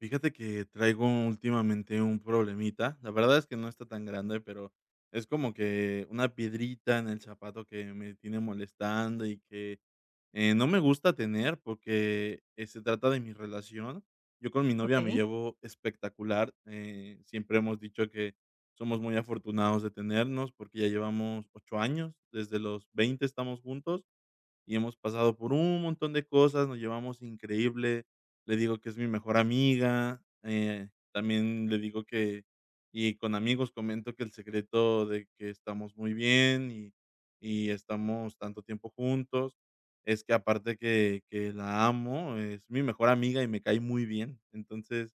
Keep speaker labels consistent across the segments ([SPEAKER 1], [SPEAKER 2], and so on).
[SPEAKER 1] Fíjate que traigo últimamente un problemita. La verdad es que no está tan grande, pero es como que una piedrita en el zapato que me tiene molestando y que no me gusta tener porque se trata de mi relación. Yo con mi novia me
[SPEAKER 2] Okey.
[SPEAKER 1] llevo espectacular. Siempre hemos dicho que somos muy afortunados de tenernos porque ya llevamos 8 años. Desde los 20 estamos juntos y hemos pasado por un montón de cosas, nos llevamos increíble. Le digo que es mi mejor amiga, también le digo que y con amigos comento que el secreto de que estamos muy bien y estamos tanto tiempo juntos, es que aparte que la amo, es mi mejor amiga y me cae muy bien. Entonces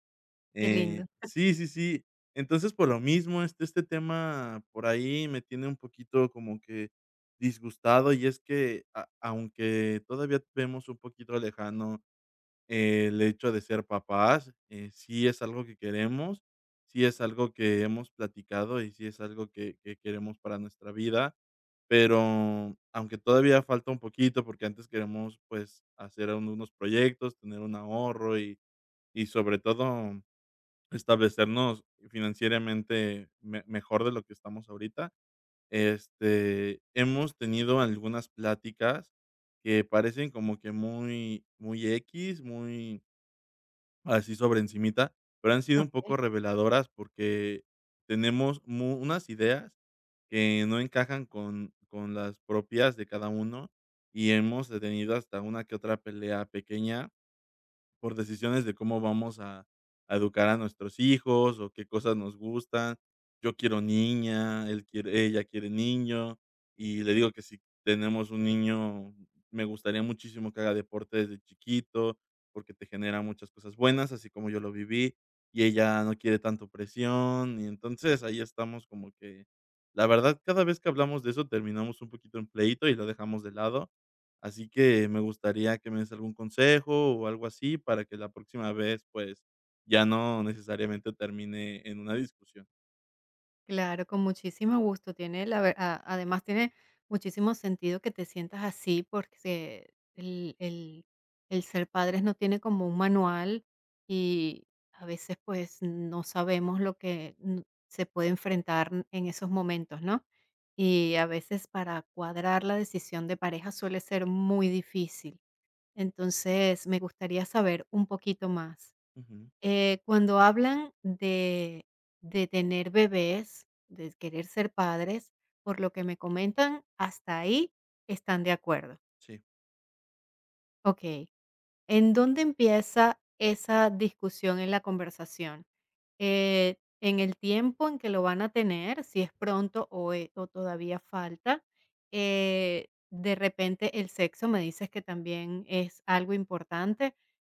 [SPEAKER 2] Qué lindo.
[SPEAKER 1] sí, sí, sí. Entonces, por lo mismo, este tema por ahí me tiene un poquito como que disgustado, y es que a aunque todavía vemos un poquito lejano el hecho de ser papás, sí es algo que queremos, sí es algo que hemos platicado y sí es algo que queremos para nuestra vida, pero aunque todavía falta un poquito, porque antes queremos, pues, hacer unos proyectos, tener un ahorro y sobre todo establecernos financieramente me mejor de lo que estamos ahorita. Este, hemos tenido algunas pláticas que parecen como que muy muy x muy así sobre encimita, pero han sido un
[SPEAKER 2] Okey,
[SPEAKER 1] poco reveladoras porque tenemos mu unas ideas que no encajan con las propias de cada uno, y hemos tenido hasta una que otra pelea pequeña por decisiones de cómo vamos a educar a nuestros hijos o qué cosas nos gustan. Yo quiero niña, él quiere ella quiere niño, y le digo que si tenemos un niño, me gustaría muchísimo que haga deporte desde chiquito, porque te genera muchas cosas buenas, así como yo lo viví, y ella no quiere tanto presión, y entonces ahí estamos como que, la verdad, cada vez que hablamos de eso terminamos un poquito en pleito y lo dejamos de lado. Así que me gustaría que me des algún consejo o algo así para que la próxima vez, pues, ya no necesariamente termine en una discusión.
[SPEAKER 2] claro, con muchísimo gusto. Tiene la ver a además tiene muchísimo sentido que te sientas así, porque el el el ser padres no tiene como un manual y a veces, pues, no sabemos lo que n se puede enfrentar en esos momentos, ¿no? Y a veces para cuadrar la decisión de pareja suele ser muy difícil. Entonces, me gustaría saber un poquito más.
[SPEAKER 1] Ujú,
[SPEAKER 2] Cuando hablan de tener bebés, de querer ser padres, por lo que me comentan, hasta ahí están de acuerdo.
[SPEAKER 1] sí.
[SPEAKER 2] Okey. ¿En dónde empieza esa discusión en la conversación? En el tiempo en que lo van a tener, si es pronto o todavía falta. De repente el sexo me dices que también es algo importante.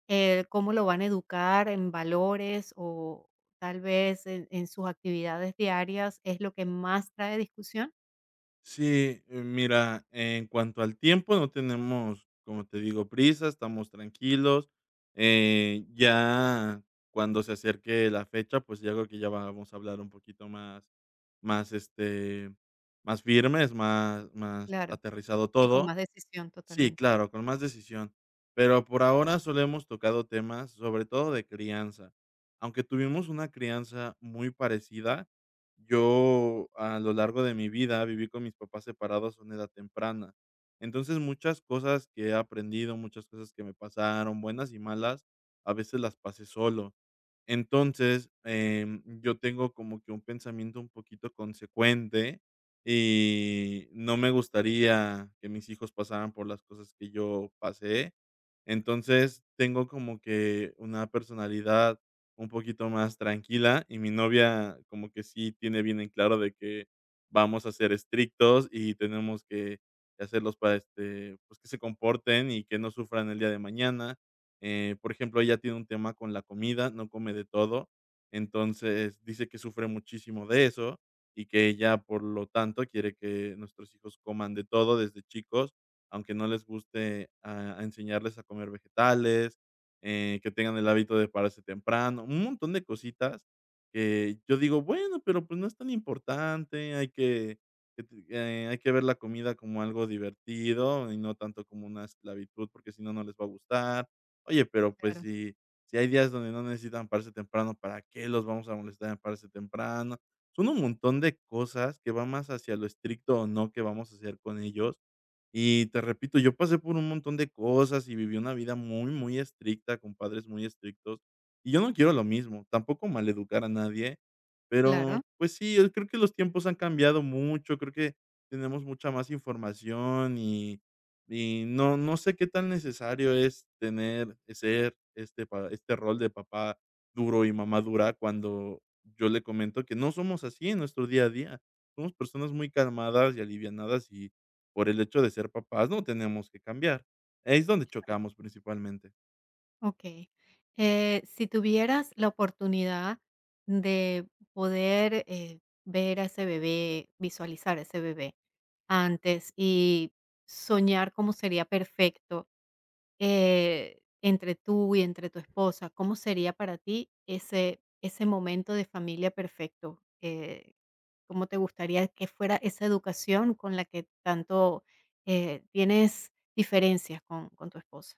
[SPEAKER 2] ¿Cómo lo van a educar en valores o tal vez en sus actividades diarias es lo que más trae discusión?
[SPEAKER 1] Sí, mira, en cuanto al tiempo, no tenemos, como te digo, prisa, estamos tranquilos. Ya cuando se acerque la fecha, pues, ya creo que ya vamos a hablar un poquito más más, este, más firmes, más
[SPEAKER 2] Claro,
[SPEAKER 1] aterrizado
[SPEAKER 2] y con
[SPEAKER 1] todo.
[SPEAKER 2] más decisión
[SPEAKER 1] Sí,
[SPEAKER 2] totalmente.
[SPEAKER 1] claro, con más decisión. Pero por ahora solo hemos tocado temas, sobre todo de crianza. Aunque tuvimos una crianza muy parecida, yo a lo largo de mi vida viví con mis papás separados a una edad temprana. Entonces muchas cosas que he aprendido, muchas cosas que me pasaron, buenas y malas, a veces las pasé solo. Entonces, yo tengo como que un pensamiento un poquito consecuente y no me gustaría que mis hijos pasaran por las cosas que yo pasé. Entonces, tengo como que una personalidad un poquito más tranquila, y mi novia como que sí tiene bien en claro de que vamos a ser estrictos y tenemos que hacerlos para, este, pues, que se comporten y que no sufran el día de mañana. Por ejemplo, ella tiene un tema con la comida, no come de todo, entonces dice que sufre muchísimo de eso y que ella, por lo tanto, quiere que nuestros hijos coman de todo desde chicos, aunque no les guste a enseñarles a comer vegetales, que tengan el hábito de pararse temprano, un montón de cositas que yo digo: "Bueno, pero, pues, no es tan importante, hay que te hay que ver la comida como algo divertido y no tanto como una esclavitud, porque si no, no les va a gustar. Oye, pero, pues,
[SPEAKER 2] Claro,
[SPEAKER 1] si hay días donde no necesitan pararse temprano, ¿para qué los vamos a molestar en pararse temprano?". Son un montón de cosas que va más hacia lo estricto o no que vamos a hacer con ellos, y te repito, yo pasé por un montón de cosas y viví una vida muy, muy estricta, con padres muy estrictos. Y yo no quiero lo mismo, tampoco maleducar a nadie,
[SPEAKER 2] claro.
[SPEAKER 1] pero pues sí, yo creo que los tiempos han cambiado mucho, creo que tenemos mucha más información y no, no sé qué tan necesario es tener, ser este, este rol de papá duro y mamá dura cuando yo le comento que no somos así en nuestro día a día. Somos personas muy calmadas y alivianadas por el hecho de ser papás no tenemos que cambiar. Es donde
[SPEAKER 2] Claro.
[SPEAKER 1] chocamos principalmente.
[SPEAKER 2] Okey. Si tuvieras la oportunidad de poder, ver a ese bebé, visualizar a ese bebé antes y soñar cómo sería perfecto, entre tú y entre tu esposa, ¿cómo sería para ti ese momento de familia perfecto? ¿Cómo te gustaría que fuera esa educación con la que tanto, tienes diferencias con tu esposa?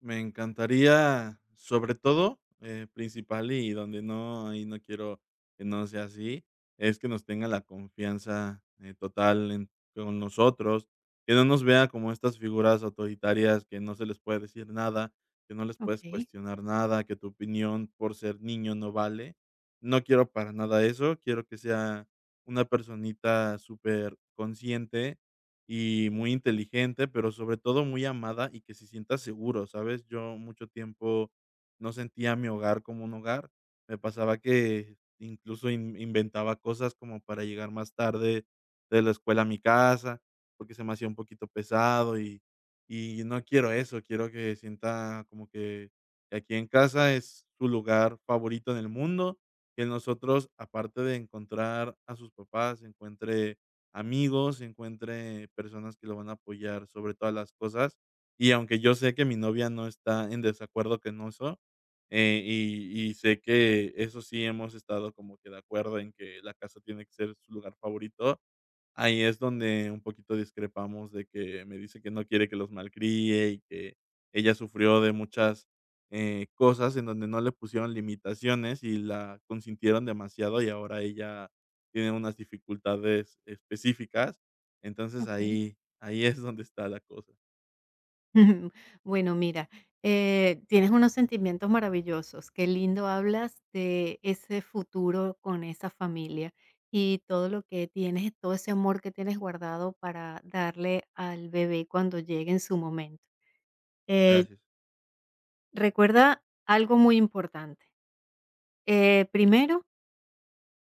[SPEAKER 1] Me encantaría, sobre todo, principal y donde no, ahí no quiero que no sea así, es que nos tenga la confianza, total en con nosotros, que no nos vea como estas figuras autoritarias que no se les puede decir nada, que no les puedes
[SPEAKER 2] Okey,
[SPEAKER 1] cuestionar nada, que tu opinión por ser niño no vale. No quiero para nada eso, quiero que sea una personita súper consciente y muy inteligente, pero sobre todo muy amada y que se sienta seguro, ¿sabes? Yo mucho tiempo no sentía mi hogar como un hogar. Me pasaba que incluso inventaba cosas como para llegar más tarde de la escuela a mi casa, porque se me hacía un poquito pesado y no quiero eso, quiero que sienta como que aquí en casa es su lugar favorito en el mundo, que nosotros, aparte de encontrar a sus papás, encuentre amigos, encuentre personas que lo van a apoyar sobre todas las cosas. Y aunque yo sé que mi novia no está en desacuerdo con eso, y sé que eso sí hemos estado como que de acuerdo en que la casa tiene que ser su lugar favorito. Ahí es donde un poquito discrepamos de que me dice que no quiere que los malcríe y que ella sufrió de muchas, cosas en donde no le pusieron limitaciones y la consintieron demasiado, y ahora ella tiene unas dificultades específicas. Entonces,
[SPEAKER 2] okey.
[SPEAKER 1] ahí es donde está la cosa.
[SPEAKER 2] Bueno, mira, tienes unos sentimientos maravillosos. Qué lindo hablas de ese futuro con esa familia y todo lo que tienes, todo ese amor que tienes guardado para darle al bebé cuando llegue en su momento. Eh,
[SPEAKER 1] Gracias.
[SPEAKER 2] Recuerda algo muy importante. Primero,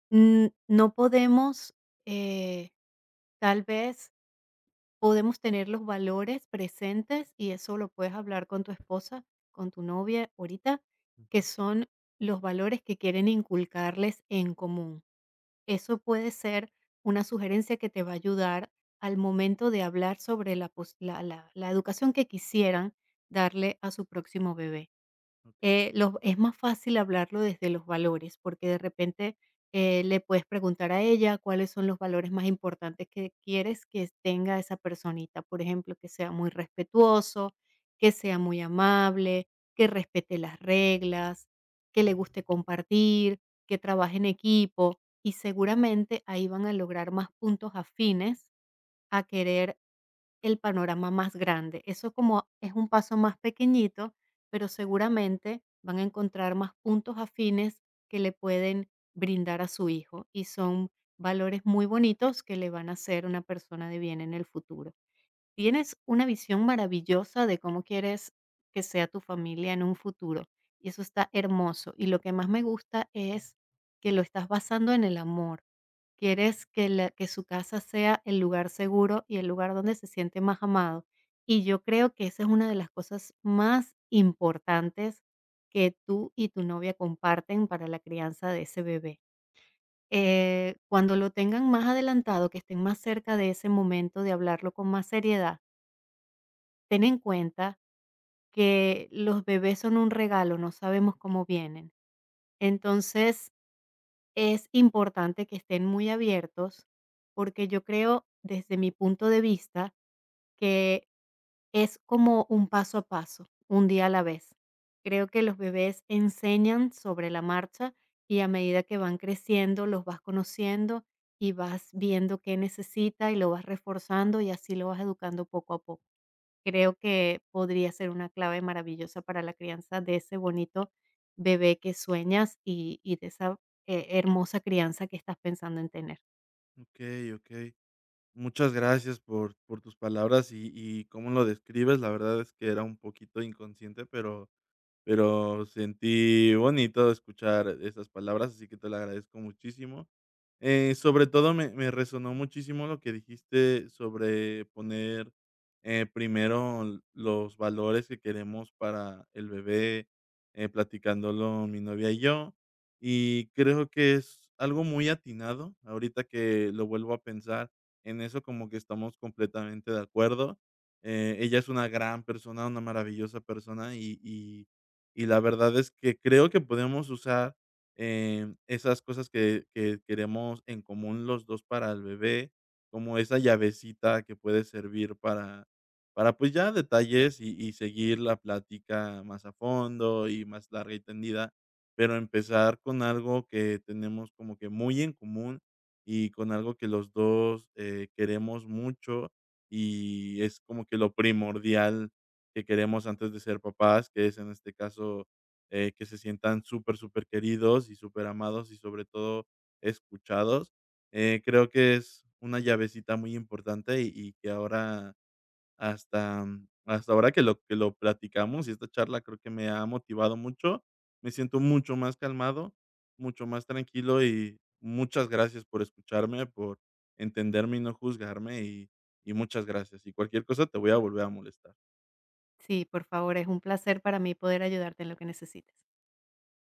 [SPEAKER 2] no podemos, eh, tal vez podemos tener los valores presentes y eso lo puedes hablar con tu esposa, con tu novia ahorita, que
[SPEAKER 1] Ujú.
[SPEAKER 2] son los valores que quieren inculcarles en común. Eso puede ser una sugerencia que te va a ayudar al momento de hablar sobre la, pos- la la- la educación que quisieran darle a su próximo bebé.
[SPEAKER 1] O
[SPEAKER 2] Los Es más fácil hablarlo desde los valores, porque de repente, le puedes preguntar a ella cuáles son los valores más importantes que quieres que tenga esa personita. Por ejemplo, que sea muy respetuoso, que sea muy amable, que respete las reglas, que le guste compartir, que trabaje en equipo, y seguramente ahí van a lograr más puntos afines a querer el panorama más grande. Eso como es un paso más pequeñito, pero seguramente van a encontrar más puntos afines que le pueden brindar a su hijo y son valores muy bonitos que le van a hacer una persona de bien en el futuro. Tienes una visión maravillosa de cómo quieres que sea tu familia en un futuro y eso está hermoso. Y lo que más me gusta es que lo estás basando en el amor. Quieres que la que su casa sea el lugar seguro y el lugar donde se siente más amado. Y yo creo que esa es una de las cosas más importantes que tú y tu novia comparten para la crianza de ese bebé. Cuando lo tengan más adelantado, que estén más cerca de ese momento de hablarlo con más seriedad, ten en cuenta que los bebés son un regalo, no sabemos cómo vienen. Entonces, es importante que estén muy abiertos, porque yo creo, desde mi punto de vista, que es como un paso a paso, un día a la vez. Creo que los bebés enseñan sobre la marcha y a medida que van creciendo los vas conociendo y vas viendo qué necesita y lo vas reforzando y así lo vas educando poco a poco. Creo que podría ser una clave maravillosa para la crianza de ese bonito bebé que sueñas y de esa, hermosa crianza que estás pensando en tener.
[SPEAKER 1] Okey, muchas gracias por tus palabras y cómo lo describes. La verdad es que era un poquito inconsciente, pero sentí bonito escuchar esas palabras, así que te lo agradezco muchísimo. Sobre todo me resonó muchísimo lo que dijiste sobre poner, primero los valores que queremos para el bebé, platicándolo mi novia y yo, y creo que es algo muy atinado, ahorita que lo vuelvo a pensar, en eso como que estamos completamente de acuerdo. Ella es una gran persona, una maravillosa persona, y la verdad es que creo que podemos usar, esas cosas que queremos en común los 2 para el bebé, como esa llavecita que puede servir para pues, ya detalles y seguir la plática más a fondo y más larga y tendida, pero empezar con algo que tenemos como que muy en común y con algo que los 2 queremos mucho, y es como que lo primordial que queremos antes de ser papás, que es en este caso, que se sientan súper, súper queridos y súper amados y sobre todo escuchados. Creo que es una llavecita muy importante y que ahora hasta ahora que lo platicamos y esta charla creo que me ha motivado mucho. Me siento mucho más calmado, mucho más tranquilo y muchas gracias por escucharme, por entenderme y no juzgarme y muchas gracias. Y cualquier cosa te voy a volver a molestar.
[SPEAKER 2] Sí, por favor, es un placer para mí poder ayudarte en lo que necesites.